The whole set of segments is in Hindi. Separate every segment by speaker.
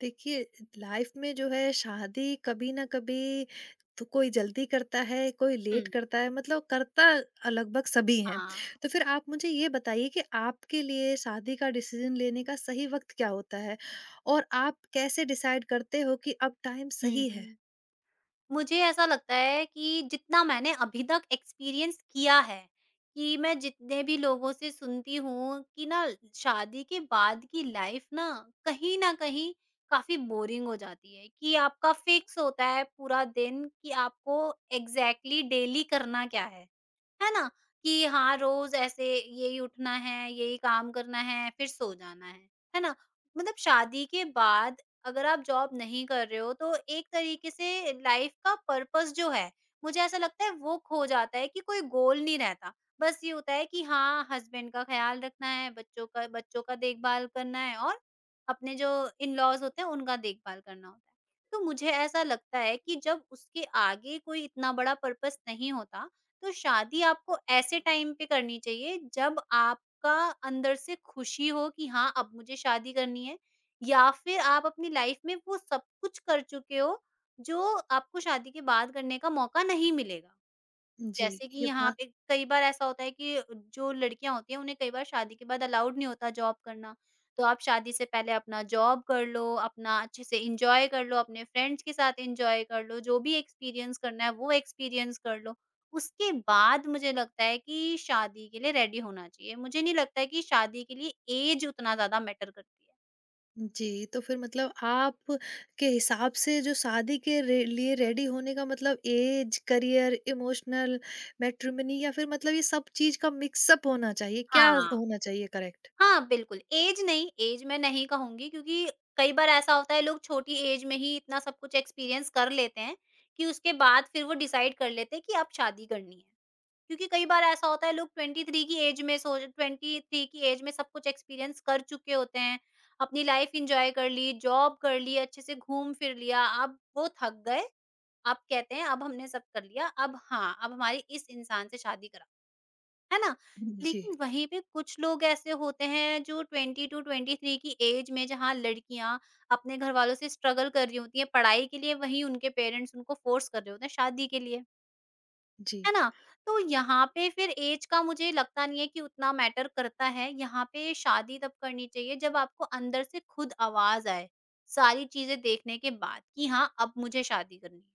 Speaker 1: देखिए, लाइफ में जो है शादी कभी न कभी तो कोई जल्दी करता है, कोई
Speaker 2: हुँ।
Speaker 1: लेट करता है, मतलब करता लगभग सभी हैं।
Speaker 2: हाँ।
Speaker 1: तो फिर आप मुझे ये बताइए कि आपके लिए शादी का डिसीज़न लेने का सही वक़्त क्या होता है? और आप कैसे डिसाइड करते हो कि अब टाइम
Speaker 2: हुँ,
Speaker 1: सही है?
Speaker 2: हुँ। मुझे ऐसा लगता है कि जितना मैंने अभी तक एक्सपीरियंस किया है, कि मैं जितने भी लोगों से सुनती हूँ कि ना शादी के बाद की लाइफ़ ना कहीं न कहीं काफ़ी बोरिंग हो जाती है, कि आपका फिक्स होता है पूरा दिन कि आपको एग्ज़ैक्टली डेली करना क्या है। है ना? कि हाँ, रोज़ ऐसे यही उठना है, यही काम करना है, फिर सो जाना है। है ना? मतलब शादी के बाद अगर आप जॉब नहीं कर रहे हो तो एक तरीके से लाइफ का पर्पस जो है, मुझे ऐसा लगता है वो खो जाता है कि कोई गोल नहीं रहता। बस ये होता है कि हाँ, हस्बैंड का ख़्याल रखना है, बच्चों का देखभाल करना है और अपने जो इन-लॉज़ होते हैं उनका देखभाल करना होता है। तो मुझे ऐसा लगता है कि जब उसके आगे कोई इतना बड़ा पर्पस नहीं होता, तो शादी आपको ऐसे टाइम पे करनी चाहिए जब आपका अंदर से खुशी हो कि हाँ अब मुझे शादी करनी है या फिर आप अपनी लाइफ में वो सब कुछ कर चुके हो जो आपको शादी के बाद करने का मौका नहीं मिलेगा।
Speaker 1: जी,
Speaker 2: जैसे कि
Speaker 1: ये
Speaker 2: यहाँ
Speaker 1: बात।
Speaker 2: पे कई बार ऐसा होता है कि जो लड़कियाँ होती हैं, उन्हें कई बार शादी के बाद अलाउड नहीं होता जॉब करना। तो आप शादी से पहले अपना जॉब कर लो, अपना अच्छे से एन्जॉय कर लो, अपने फ्रेंड्स के साथ एन्जॉय कर लो, जो भी एक्सपीरियंस करना है वो एक्सपीरियंस कर लो। उसके बाद मुझे लगता है कि शादी के लिए रेडी होना चाहिए। मुझे नहीं लगता है कि शादी के लिए ऐज उतना ज़्यादा मैटर करती है।
Speaker 1: जी, तो फिर मतलब आप के हिसाब से जो शादी के रे लिए रेडी होने का मतलब ऐज, करियर, इमोशनल, मैट्रिमनी या फिर मतलब ये सब चीज़ का मिक्सअप होना चाहिए, क्या
Speaker 2: हाँ।
Speaker 1: होना चाहिए, करेक्ट?
Speaker 2: हाँ, बिल्कुल, ऐज नहीं ऐज मैं नहीं कहूँगी क्योंकि कई बार ऐसा होता है लोग छोटी ऐज में ही इतना सब कुछ एक्सपीरियंस कर लेते हैं, कि उसके बाद फिर वो डिसाइड कर लेते हैं कि अब शादी करनी है। क्योंकि कई बार ऐसा होता है लोग 23 की ऐज में सब कुछ एक्सपीरियंस कर चुके होते हैं, अपनी लाइफ एन्जॉय कर ली, जॉब कर ली, अच्छे से घूम फिर लिया, अब वो थक गए, अब कहते हैं अब हमने सब कर लिया, अब हाँ, अब हमारी इस इंसान से शादी करा है ना?
Speaker 1: जी।
Speaker 2: लेकिन वहीं पे कुछ लोग ऐसे होते हैं जो 22-23 की एज में जहाँ लड़कियाँ अपने घरवालों से स्ट्रगल कर रही होती हैं पढ़ाई के लिए, वहीं उनके पेरेंट्स उनको फ़ोर्स कर रहे होते हैं शादी के लिए,
Speaker 1: जी।
Speaker 2: है ना? तो यहाँ पे फिर एज का मुझे लगता नहीं है कि उतना मैटर करता है, यहाँ पे शादी तब करनी चाहिए जब आपको अंदर से खुद आवाज़ आए, सारी चीज़ें देखने के बाद कि हाँ, अब मुझे शादी करनी है।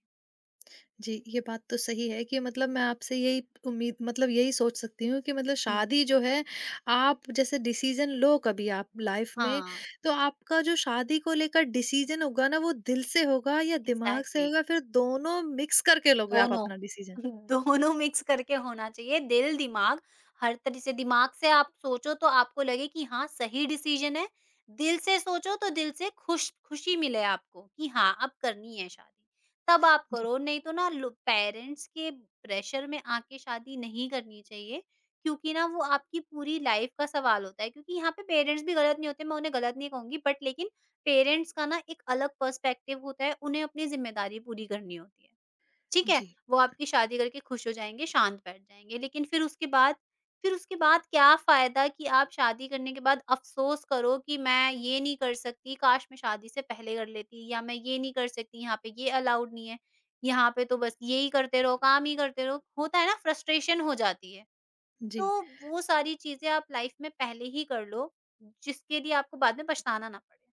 Speaker 1: जी, ये बात तो सही है कि मतलब मैं आपसे यही उम्मीद, मतलब यही सोच सकती हूँ कि मतलब
Speaker 2: हुँ।
Speaker 1: शादी जो है, आप जैसे डिसीज़न लो कभी आप लाइफ़ में,
Speaker 2: हाँ,
Speaker 1: तो आपका जो शादी को लेकर डिसीज़न होगा ना, वो दिल से होगा या दिमाग से
Speaker 2: एग्ज़ैक्टली।
Speaker 1: होगा, फिर दोनों मिक्स करके लोगे आप
Speaker 2: दोनों।
Speaker 1: अपना डिसीज़न।
Speaker 2: दोनों मिक्स करके होना चाहिए दिल, दिमाग। हर तरह से दिमाग से आप सोचो तो आपको लगे कि हाँ, सही डिसीज़न है। दिल से सोचो तो दिल से खुशी मिले आपको कि हाँ, अब करनी है शादी। तब आप
Speaker 1: जी।
Speaker 2: करो, नहीं तो ना लो। पेरेंट्स के प्रेशर में आके शादी नहीं करनी चाहिए क्योंकि ना वो आपकी पूरी लाइफ़ का सवाल होता है। क्योंकि यहाँ पे पेरेंट्स भी गलत नहीं होते, मैं उन्हें गलत नहीं कहूँगी बट लेकिन पेरेंट्स का ना एक अलग पर्सपेक्टिव होता है, उन्हें अपनी ज़िम्मेदारी पूरी करनी होती है। ठीक है?
Speaker 1: जी।
Speaker 2: वो आपकी शादी करके खुश हो जाएँगे, शांत बैठ जाएँगे। लेकिन फिर उसके बाद क्या फ़ायदा कि आप शादी करने के बाद अफ़सोस करो कि मैं ये नहीं कर सकती, काश मैं शादी से पहले कर लेती, या मैं ये नहीं कर सकती, यहाँ पे ये अलाउड नहीं है। यहाँ पे तो बस यही करते रहो, काम ही करते रहो। होता है ना, फ्रस्ट्रेशन हो जाती है।
Speaker 1: जी।
Speaker 2: तो वो सारी चीज़ें आप लाइफ़ में पहले ही कर लो, जिसके लिए आपको बाद में पछताना ना पड़े।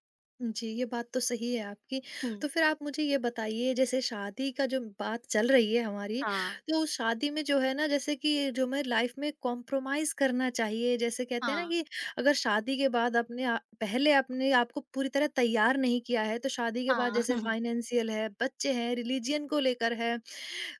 Speaker 1: जी, ये बात तो सही है आपकी।
Speaker 2: हुँ।
Speaker 1: तो फिर आप मुझे ये बताइए जैसे शादी का जो बात चल रही है हमारी,
Speaker 2: हाँ।
Speaker 1: तो उस शादी में जो है ना, जैसे कि जो हमें लाइफ़ में कॉम्प्रोमाइज़ करना चाहिए, जैसे कहते हैं ना
Speaker 2: हाँ,
Speaker 1: कि अगर शादी के बाद अपने आ पहले अपने आप को पूरी तरह तैयार नहीं किया है, तो शादी के बाद
Speaker 2: हाँ।
Speaker 1: जैसे फाइनेंशियल है, बच्चे हैं, रिलिजन को लेकर है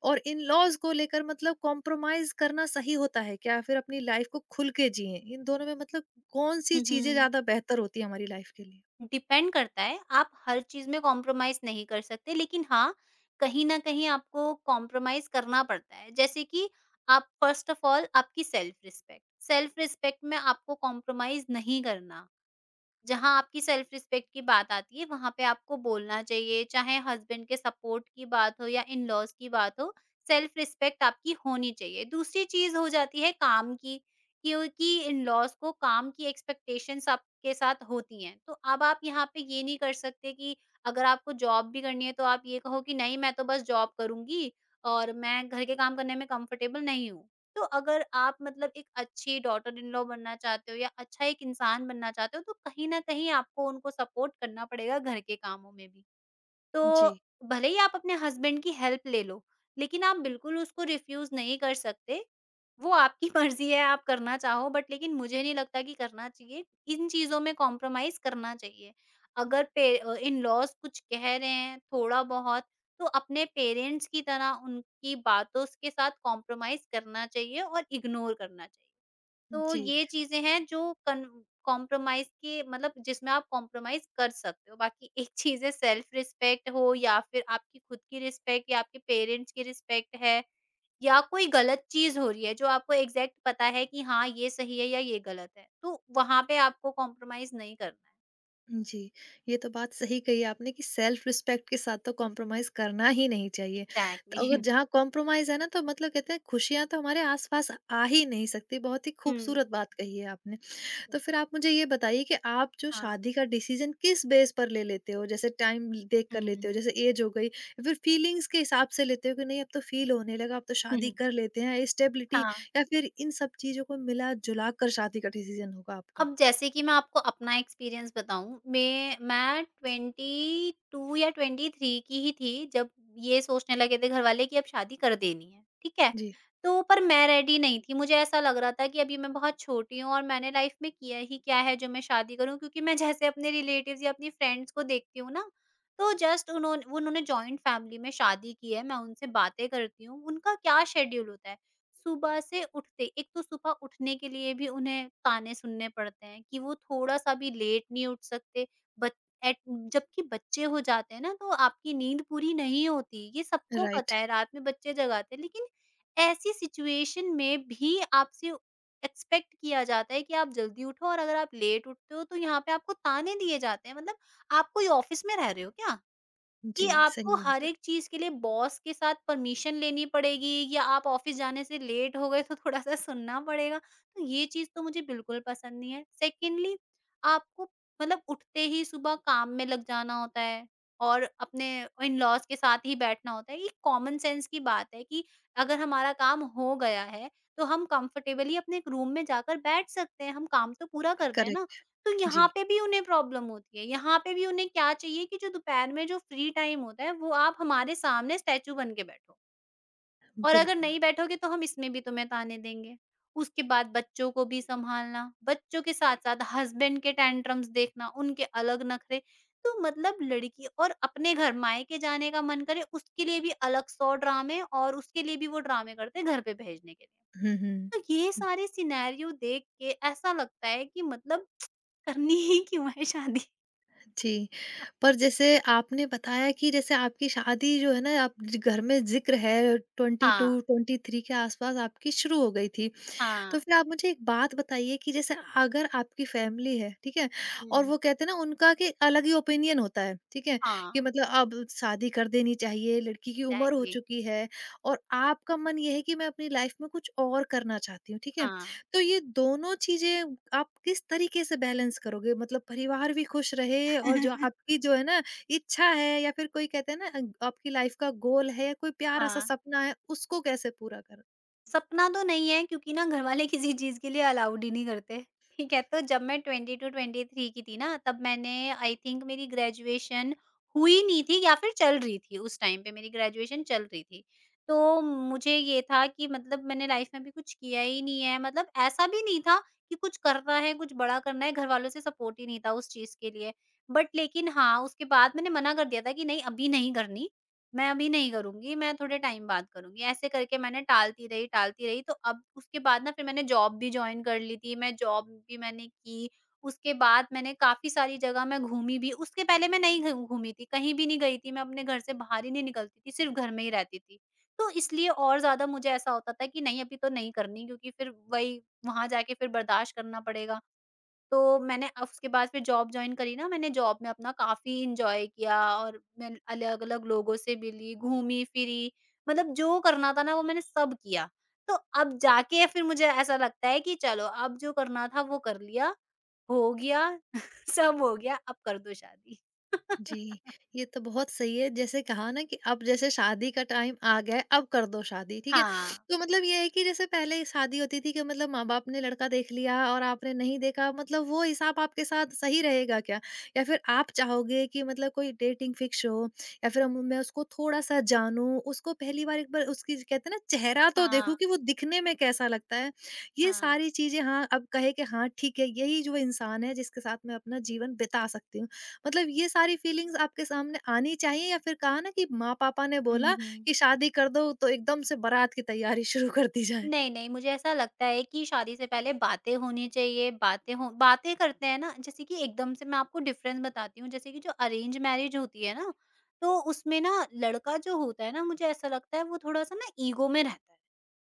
Speaker 1: और इन-लॉज़ को लेकर, मतलब कॉम्प्रोमाइज़ करना सही होता है क्या? फिर अपनी लाइफ़ को खुल के जिएँ। इन दोनों में मतलब कौन-सी
Speaker 2: हुँ,
Speaker 1: चीज़ें
Speaker 2: हुँ।
Speaker 1: ज़्यादा बेहतर होती है हमारी लाइफ़ के लिए?
Speaker 2: डिपेंड करता है, आप हर चीज़ में कॉम्प्रोमाइज़ नहीं कर सकते, लेकिन हाँ, कहीं न कहीं आपको कॉम्प्रोमाइज़ करना पड़ता है। जैसे कि आप फर्स्ट ऑफ ऑल आपकी सेल्फ रिस्पेक्ट में आपको कॉम्प्रोमाइज़ नहीं करना। जहाँ आपकी सेल्फ रिस्पेक्ट की बात आती है वहाँ पे आपको बोलना चाहिए, चाहे हस्बैंड के सपोर्ट की बात हो या इन-लॉज़ की बात हो, सेल्फ रिस्पेक्ट आपकी होनी चाहिए। दूसरी चीज़ हो जाती है काम की, क्योंकि इन-लॉज़ को काम की एक्सपेक्टेशंस आपके साथ होती हैं। तो अब आप यहाँ पे ये नहीं कर सकते कि अगर आपको जॉब भी करनी है तो आप ये कहो कि नहीं, मैं तो बस जॉब करूँगी और मैं घर के काम करने में कंफर्टेबल नहीं हूँ। तो अगर आप मतलब एक अच्छी डॉटर इन लॉ बनना चाहते हो, या अच्छा एक इंसान बनना चाहते हो, तो कहीं न कहीं आपको उनको सपोर्ट करना पड़ेगा घर के कामों में भी। तो
Speaker 1: जी।
Speaker 2: भले ही आप अपने हस्बैंड की हेल्प ले लो, लेकिन आप बिल्कुल उसको रिफ्यूज़ नहीं कर सकते। वो आपकी मर्ज़ी है, आप करना चाहो बट लेकिन मुझे नहीं लगता कि करना चाहिए। इन चीज़ों में कॉम्प्रोमाइज़ करना चाहिए। अगर इन-लॉज़ कुछ कह रहे हैं थोड़ा-बहुत, तो अपने पेरेंट्स की तरह उनकी बातों स के साथ कॉम्प्रोमाइज़ करना चाहिए और इग्नोर करना चाहिए। तो
Speaker 1: जी,
Speaker 2: ये चीज़ें हैं जो कन कॉम्प्रोमाइज़ के मतलब जिसमें आप कॉम्प्रोमाइज़ कर सकते हो। बाकी एक चीज़ है, सेल्फ रिस्पेक्ट हो या फिर आपकी खुद की रिस्पेक्ट या आपके पेरेंट्स की रिस्पेक्ट है, या कोई गलत चीज़ हो रही है जो आपको एग्ज़ैक्ट पता है कि हाँ, ये सही है या ये गलत है। तो वहाँ पे आपको कॉम्प्रोमाइज़ नहीं करना है।
Speaker 1: जी। ये तो बात सही कही आपने कि सेल्फ रिस्पेक्ट के साथ तो कॉम्प्रोमाइज़ करना ही नहीं चाहिए। तो अगर
Speaker 2: एग्ज़ैक्टली।
Speaker 1: जहाँ कॉम्प्रोमाइज़ है ना, तो मतलब कहते हैं खुशियाँ तो हमारे आस-पास आ ही नहीं सकती, बहुत ही
Speaker 2: हुँ,
Speaker 1: खूबसूरत
Speaker 2: हुँ,
Speaker 1: बात कही है आपने। तो फिर
Speaker 2: बिल्कुल।
Speaker 1: आप मुझे ये बताइए कि आप जो
Speaker 2: हाँ।
Speaker 1: शादी का डिसीज़न किस बेस पर ले लेते हो? जैसे टाइम देख
Speaker 2: हुँ,
Speaker 1: कर
Speaker 2: हुँ,
Speaker 1: लेते हो,
Speaker 2: हुँ।
Speaker 1: जैसे ऐज हो गई, या फिर फीलिंग्स के हिसाब से लेते हो कि नहीं अब तो फ़ील होने लगा, अब तो
Speaker 2: हुँ,
Speaker 1: शादी
Speaker 2: हुँ।
Speaker 1: कर लेते हैं, स्टेबिलिटी,
Speaker 2: हाँ।
Speaker 1: या फिर इन सब चीज़ों को मिला-जुला कर शादी का डिसीज़न होगा आपका?
Speaker 2: अब जैसे कि मैं आपको अपना एक्सपीरियंस बताऊँ, मैं 22 या 23 की ही थी जब ये सोचने लगे थे घरवाले कि अब शादी कर देनी है, ठीक है?
Speaker 1: जी,
Speaker 2: तो पर मैं रेडी नहीं थी, मुझे ऐसा लग रहा था कि अभी मैं बहुत छोटी हूँ और मैंने लाइफ में किया ही क्या है जो मैं शादी करूँ? क्योंकि मैं जैसे अपने रिलेटिव्स या अपनी फ्रेंड्स को देखती हूँ ना, तो जस्ट उन्होंने उन्होंने जॉइंट फैमिली में शादी की है, मैं उनसे बातें करती हूँ, उनका क्या शेड्यूल होता है? सुबह से उठते, एक तो सुबह उठने के लिए भी उन्हें ताने सुनने पड़ते हैं कि वो थोड़ा-सा भी लेट नहीं उठ सकते। बच एट जबकि बच्चे हो जाते हैं ना तो आपकी नींद पूरी नहीं होती, ये सबको
Speaker 1: राइट।
Speaker 2: पता है, रात में बच्चे जगाते हैं। लेकिन ऐसी सिचुएशन में भी आपसे एक्सपेक्ट किया जाता है कि आप जल्दी उठो, और अगर आप लेट उठते हो तो यहाँ पे आपको ताने दिए जाते हैं। मतलब आप कोई ऑफ़िस में रह रहे हो क्या? कि
Speaker 1: जी,
Speaker 2: आपको
Speaker 1: सही
Speaker 2: हर
Speaker 1: बात है।
Speaker 2: एक चीज़ के लिए बॉस के साथ परमिशन लेनी पड़ेगी, या आप ऑफिस जाने से लेट हो गए तो थोड़ा-सा सुनना पड़ेगा। तो ये चीज़ तो मुझे बिल्कुल पसंद नहीं है। सेकंडली, आपको मतलब उठते ही सुबह काम में लग जाना होता है और अपने इन-लॉज़ के साथ ही बैठना होता है। ये कॉमन सेंस की बात है कि अगर हमारा काम हो गया है, तो हम कंफर्टेबली अपने एक रूम में जाकर बैठ सकते हैं, हम काम तो पूरा कर रहे हैं ना।
Speaker 1: करेक्ट।
Speaker 2: तो यहाँ
Speaker 1: जी,
Speaker 2: पे भी उन्हें प्रॉब्लम होती है। यहाँ पे भी उन्हें क्या चाहिए कि जो दोपहर में जो फ्री टाइम होता है, वो आप हमारे सामने स्टैच्यू बन के बैठो, और अगर
Speaker 1: बिल्कुल।
Speaker 2: नहीं बैठोगे तो हम इसमें भी तुम्हें ताने देंगे। उसके बाद बच्चों को भी सँभालना, बच्चों के साथ-साथ हस्बैंड के टेंट्रम्स देखना, उनके अलग नखरे। तो मतलब लड़की और अपने घर मायके जाने का मन करे, उसके लिए भी अलग 100 ड्रामे, और उसके लिए भी वो ड्रामे करते हैं घर पे भेजने के लिए।
Speaker 1: हुँ, हुँ।
Speaker 2: तो ये सारे सिनेरियो देख के ऐसा लगता है कि मतलब करनी ही क्यों है शादी?
Speaker 1: जी। पर जैसे आपने बताया कि जैसे आपकी शादी जो है ना, आप ज घर में ज़िक्र है
Speaker 2: हाँ,
Speaker 1: 22-23 के आस-पास आपकी शुरू हो गई थी। तो
Speaker 2: हाँ।
Speaker 1: फिर आप मुझे एक बात बताइए कि जैसे अगर आपकी फैमिली है, ठीक है? और
Speaker 2: हुँ।
Speaker 1: वो कहते हैं ना, उनका कि अलग ही ओपिनियन होता है, ठीक है?
Speaker 2: हाँ,
Speaker 1: कि मतलब अब शादी कर देनी चाहिए, लड़की की उम्र हो
Speaker 2: एग्ज़ैक्टली।
Speaker 1: चुकी है, और आपका मन ये है कि मैं अपनी लाइफ में कुछ और करना चाहती हूँ, ठीक है?
Speaker 2: हाँ।
Speaker 1: तो ये दोनों चीज़ें आप किस तरीके से बैलेंस करोगे? मतलब परिवार भी खुश रहे और जो आपकी जो है ना, इच्छा है या फिर कोई कहते हैं ना, आपकी लाइफ का गोल है या कोई प्यारा-सा
Speaker 2: हाँ,
Speaker 1: सपना है, उसको कैसे पूरा करोगे?
Speaker 2: सपना तो नहीं है क्योंकि ना घरवाले किसी चीज़ के लिए अलाउड ही नहीं करते, ठीक है? तो जब मैं 22-23 की थी ना तब मैंने आई थिंक मेरी ग्रेजुएशन हुई नहीं थी या फिर चल रही थी। उस टाइम पे मेरी ग्रेजुएशन चल रही थी। तो मुझे ये था कि मतलब मैंने लाइफ़ में भी कुछ किया ही नहीं है, मतलब ऐसा भी नहीं था कि कुछ करना है, कुछ बड़ा करना है, घरवालों से सपोर्ट ही नहीं था उस चीज़ के लिए। बट लेकिन हाँ, उसके बाद मैंने मना कर दिया था कि नहीं अभी नहीं करनी, मैं अभी नहीं करूँगी, मैं थोड़े टाइम बाद करूँगी। ऐसे करके मैंने टालती रही। तो अब उसके बाद ना फिर मैंने जॉब भी जॉइन कर ली थी, मैं जॉब भी मैंने की। उसके बाद मैंने काफ़ी सारी जगह मैं घूमी भी, उसके पहले मैं नहीं घ घूमी थी, कहीं भी नहीं गई थी, मैं अपने घर से बाहर ही नहीं निकलती थी, सिर्फ़ घर में ही रहती थी। तो इसलिए और ज़्यादा मुझे ऐसा होता था कि नहीं अभी तो नहीं करनी, क्योंकि फिर वही वहाँ जाके फिर बर्दाश्त करना पड़ेगा। तो मैंने अब उसके बाद फिर जॉब जॉइन करी ना, मैंने जॉब में अपना काफ़ी एन्जॉय किया और मैं अलग-अलग लोगों से मिली, घूमी-फिरी, मतलब जो करना था ना वो मैंने सब किया। तो अब जाके फिर मुझे ऐसा लगता है कि चलो अब जो करना था वो कर लिया, हो गया, सब हो गया, अब कर दो शादी।
Speaker 1: जी, ये तो बहुत सही है। जैसे कहा ना कि अब जैसे शादी का टाइम आ गया है, अब कर दो शादी, ठीक है?
Speaker 2: हाँ,
Speaker 1: तो मतलब ये है कि जैसे पहले शादी होती थी कि मतलब माँ-बाप ने लड़का देख लिया और आपने नहीं देखा, मतलब वो हिसाब आपके साथ सही रहेगा क्या? या फिर आप चाहोगे कि मतलब कोई डेटिंग फिक्स हो, या फिर हम मैं उसको थोड़ा-सा जानूँ, उसको पहली बार, एक बार उसकी, कहते हैं ना, चेहरा तो
Speaker 2: हाँ,
Speaker 1: देखूँ कि वो दिखने में कैसा लगता है। ये
Speaker 2: हाँ।
Speaker 1: सारी चीज़ें, हाँ, अब कहे कि हाँ, ठीक है, यही जो इंसान है जिसके साथ मैं अपना जीवन बिता सकती हूँ। मतलब ये सारी फीलिंग्स आपके सामने आनी चाहिए, या फिर कहा ना कि माँ-पापा ने
Speaker 2: हुँ,
Speaker 1: बोला
Speaker 2: हुँ।
Speaker 1: कि शादी कर दो, तो एकदम से बारात की तैयारी शुरू कर दी जाए?
Speaker 2: नहीं, नहीं, मुझे ऐसा लगता है कि शादी से पहले बातें होनी चाहिए, बातें करते हैं ना। जैसे कि एकदम से मैं आपको डिफ़रेंस बताती हूँ, जैसे कि जो अरेंज मैरिज होती है ना, तो उसमें ना लड़का जो होता है ना, मुझे ऐसा लगता है वो थोड़ा-सा ना ईगो में रहता है।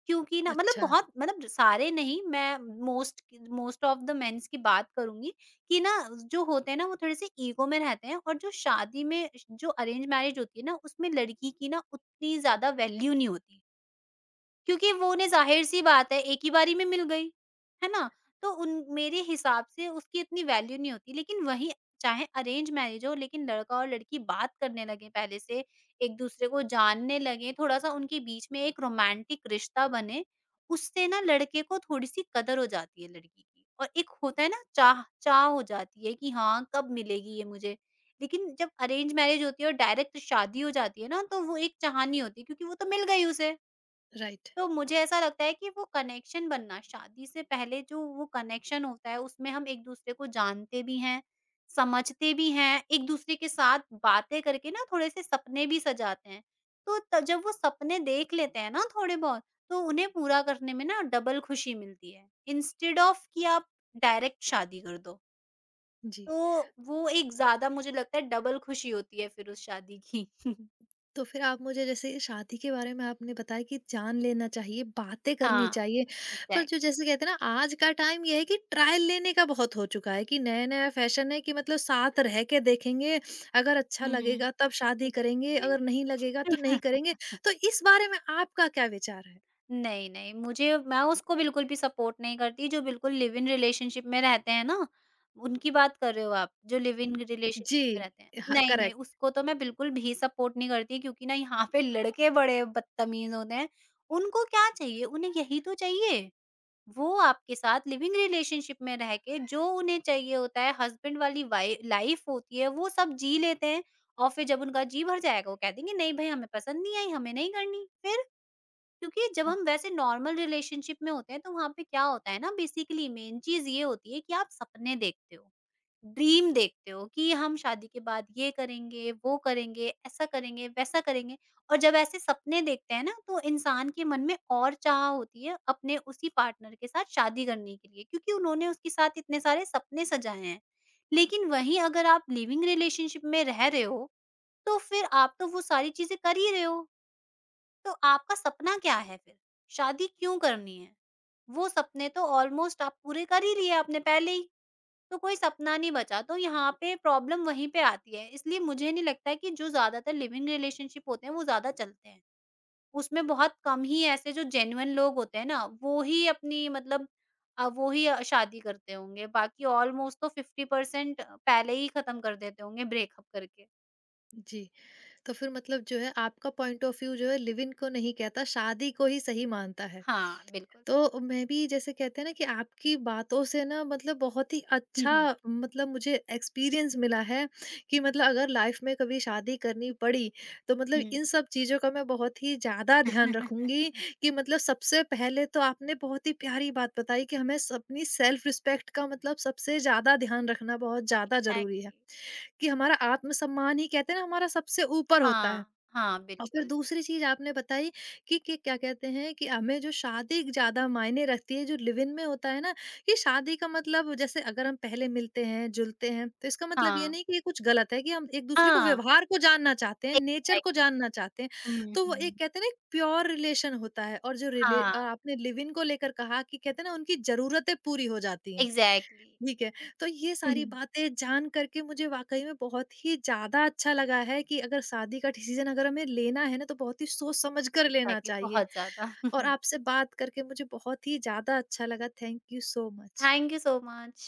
Speaker 2: क्योंकि ना मतलब
Speaker 1: अच्छा,
Speaker 2: बहुत मतलब सारे नहीं, मैं most most of the men's की बात करूँगी कि ना जो होते हैं ना, वो थोड़े-से ईगो में रहते हैं। और जो शादी में श जो अरेंज मैरिज होती है ना, उसमें लड़की की ना उतनी ज़्यादा वैल्यू नहीं होती है। क्योंकि वो उन्हें ज़ाहिर-सी बात है एक ही बारी में मिल गई, है ना? तो उन मेरे हिसाब से उसकी इतनी वैल्यू नहीं होती, लेकिन वहीं चाहे अरेंज मैरिज हो, लेकिन लड़का और लड़की बात करने लगे पहले से, एक-दूसरे को जानने लगे, थोड़ा-सा उनके बीच में एक रोमांटिक रिश्ता बने, उससे ना लड़के को थोड़ी-सी कदर हो जाती है लड़की की और एक होता है ना चाह चाह हो जाती है कि हाँ, कब मिलेगी ये मुझे? लेकिन जब अरेंज मैरिज होती है और डायरेक्ट शादी हो जाती है ना, तो वो एक चाह नहीं होती क्योंकि वो तो मिल गई उसे।
Speaker 1: राइट,
Speaker 2: तो मुझे ऐसा लगता है कि वो कनेक्शन बनना शादी से पहले, जो वो कनेक्शन होता है उसमें हम एक दूसरे को जानते भी हैं, समझते भी हैं, एक दूसरे के साथ बातें करके ना थोड़े से सपने भी सजाते हैं। तो त जब वो सपने देख लेते हैं ना थोड़े बहुत, तो उन्हें पूरा करने में ना डबल खुशी मिलती है। इंस्टेड ऑफ कि आप डायरेक्ट शादी कर दो।
Speaker 1: जी।
Speaker 2: तो वो एक ज़्यादा मुझे लगता है डबल खुशी होती है फिर उस शादी की।
Speaker 1: तो फिर आप मुझे जैसे शादी के बारे में आपने बताया कि जान लेना चाहिए, बातें करनी
Speaker 2: हाँ,
Speaker 1: चाहिए, पर जो,
Speaker 2: एग्ज़ैक्टली।
Speaker 1: जैसे कहते हैं ना, आज का टाइम ये है कि ट्रायल लेने का बहुत हो चुका है कि नया-नया फैशन है कि मतलब साथ रह के देखेंगे, अगर अच्छा
Speaker 2: हुँ, हुँ।
Speaker 1: लगेगा तब शादी करेंगे,
Speaker 2: जी।
Speaker 1: अगर नहीं लगेगा तो नहीं करेंगे। तो इस बारे में आपका क्या विचार है?
Speaker 2: नहीं, नहीं, मुझे मैं उसको बिल्कुल भी सपोर्ट नहीं करती जो बिल्कुल लिव इन रिलेशनशिप में रहते हैं ना, उनकी बात कर रहे हो आप, जो लिव इन रिलेशनशिप में
Speaker 1: जी,
Speaker 2: रहते हैं।
Speaker 1: हाँ,
Speaker 2: नहीं, नहीं,
Speaker 1: करेक्ट।
Speaker 2: उसको तो मैं बिल्कुल भी सपोर्ट नहीं करती क्योंकि ना यहाँ पे लड़के बड़े बदतमीज़ होते हैं। उनको क्या चाहिए? उन्हें यही तो चाहिए। वो आपके साथ लिव इन रिलेशनशिप में रह के जो उन्हें चाहिए होता है, हस्बैंड वाली वाइ लाइफ़ होती है वो सब जी लेते हैं, और फिर जब उनका जी भर जाएगा वो कह देंगे नहीं भई हमें पसंद नहीं आई, हमें नहीं करनी। फिर? क्योंकि जब हम वैसे नॉर्मल रिलेशनशिप में होते हैं, तो वहाँ पे क्या होता है ना, बेसिकली मेन चीज ये होती है कि आप सपने देखते हो, ड्रीम देखते हो कि हम शादी के बाद ये करेंगे वो करेंगे ऐसा करेंगे वैसा करेंगे, और जब ऐसे सपने देखते हैं ना तो इंसान के मन में और चाह होती है अपने उसी पार्टनर के साथ शादी करने के लिए, क्योंकि उन्होंने उसके साथ इतने सारे सपने सजाए हैं। लेकिन वहीं अगर आप लिविंग रिलेशनशिप में रह रहे हो, तो फिर आप तो वो सारी चीजें कर ही रहे हो, तो आपका सपना क्या है फिर? शादी क्यों करनी है? वो सपने तो ऑलमोस्ट आप पूरे कर ही लिए आपने पहले ही, तो कोई सपना नहीं बचा। तो यहाँ पे प्रॉब्लम वहीं पे आती है, इसलिए मुझे नहीं लगता है कि जो ज़्यादातर लिव इन रिलेशनशिप होते हैं, वो ज़्यादा चलते हैं। उसमें बहुत कम ही ऐसे जो जेन्युइन लोग होते हैं ना, वो ही अपनी मतलब वो ही शादी करते होंगे। बाकी ऑलमोस्ट तो 50% पहले ही खत्म कर देते होंगे ब्रेकअप करके।
Speaker 1: जी, तो फिर मतलब जो है आपका पॉइंट ऑफ व्यू, जो है, लिव इन को नहीं कहता, शादी को ही सही मानता है।
Speaker 2: हाँ, बिल्कुल।
Speaker 1: तो मैं भी, जैसे कहते हैं ना कि आपकी बातों से ना, मतलब बहुत ही
Speaker 2: हुँ,
Speaker 1: अच्छा,
Speaker 2: हुँ।
Speaker 1: मतलब मुझे एक्सपीरियंस मिला है कि मतलब अगर लाइफ में कभी शादी करनी पड़ी, तो मतलब
Speaker 2: हुँ।
Speaker 1: इन सब चीज़ों का मैं बहुत ही ज़्यादा ध्यान रखूंगी कि मतलब सबसे पहले तो आपने बहुत ही प्यारी बात बताई कि हमें अपनी सेल्फ रिस्पेक्ट का, मतलब सबसे ज़्यादा ध्यान रखना बहुत ज़्यादा ज़रूरी है
Speaker 2: एग्ज़ैक्टली।
Speaker 1: कि हमारा आत्मसम्मान ही, कहते हैं ना, हमारा सबसे ऊपर होता है।
Speaker 2: हाँ, हाँ,
Speaker 1: और फिर
Speaker 2: बिल्कुल।
Speaker 1: दूसरी चीज़ आपने बताई कि क्या कहते हैं कि हमें जो शादी ज़्यादा मायने रखती है, जो लिव इन में होता है ना, कि शादी का मतलब, जैसे अगर हम पहले मिलते हैं, जुलते हैं, तो इसका मतलब ये
Speaker 2: हाँ,
Speaker 1: नहीं कि ये कुछ गलत है कि हम एक-दूसरे को,
Speaker 2: हाँ,
Speaker 1: व्यवहार को जानना चाहते हैं, नेचर को
Speaker 2: एग्ज़ैक्टली।
Speaker 1: जानना चाहते हैं।
Speaker 2: हुँ,
Speaker 1: तो वो एक,
Speaker 2: हुँ।
Speaker 1: कहते हैं ना, एक प्योर रिलेशन होता है। और जो
Speaker 2: हाँ,
Speaker 1: आपने लिव इन को लेकर कहा कि कहते हैं ना, उनकी ज़रूरतें पूरी हो जाती हैं।
Speaker 2: एग्ज़ैक्टली।
Speaker 1: ठीक है। तो ये सारी बातें जान करके मुझे वाक़ई में बहुत ही ज़्यादा अच्छा लगा है कि अगर शादी का डिसीज़न अगर हमें लेना है ना, तो बहुत ही सोच-समझ कर लेना
Speaker 2: एग्ज़ैक्टली,
Speaker 1: चाहिए।
Speaker 2: बहुत ज़्यादा।
Speaker 1: और आपसे बात करके मुझे बहुत ही ज़्यादा अच्छा लगा। Thank you so much.
Speaker 2: Thank you so much.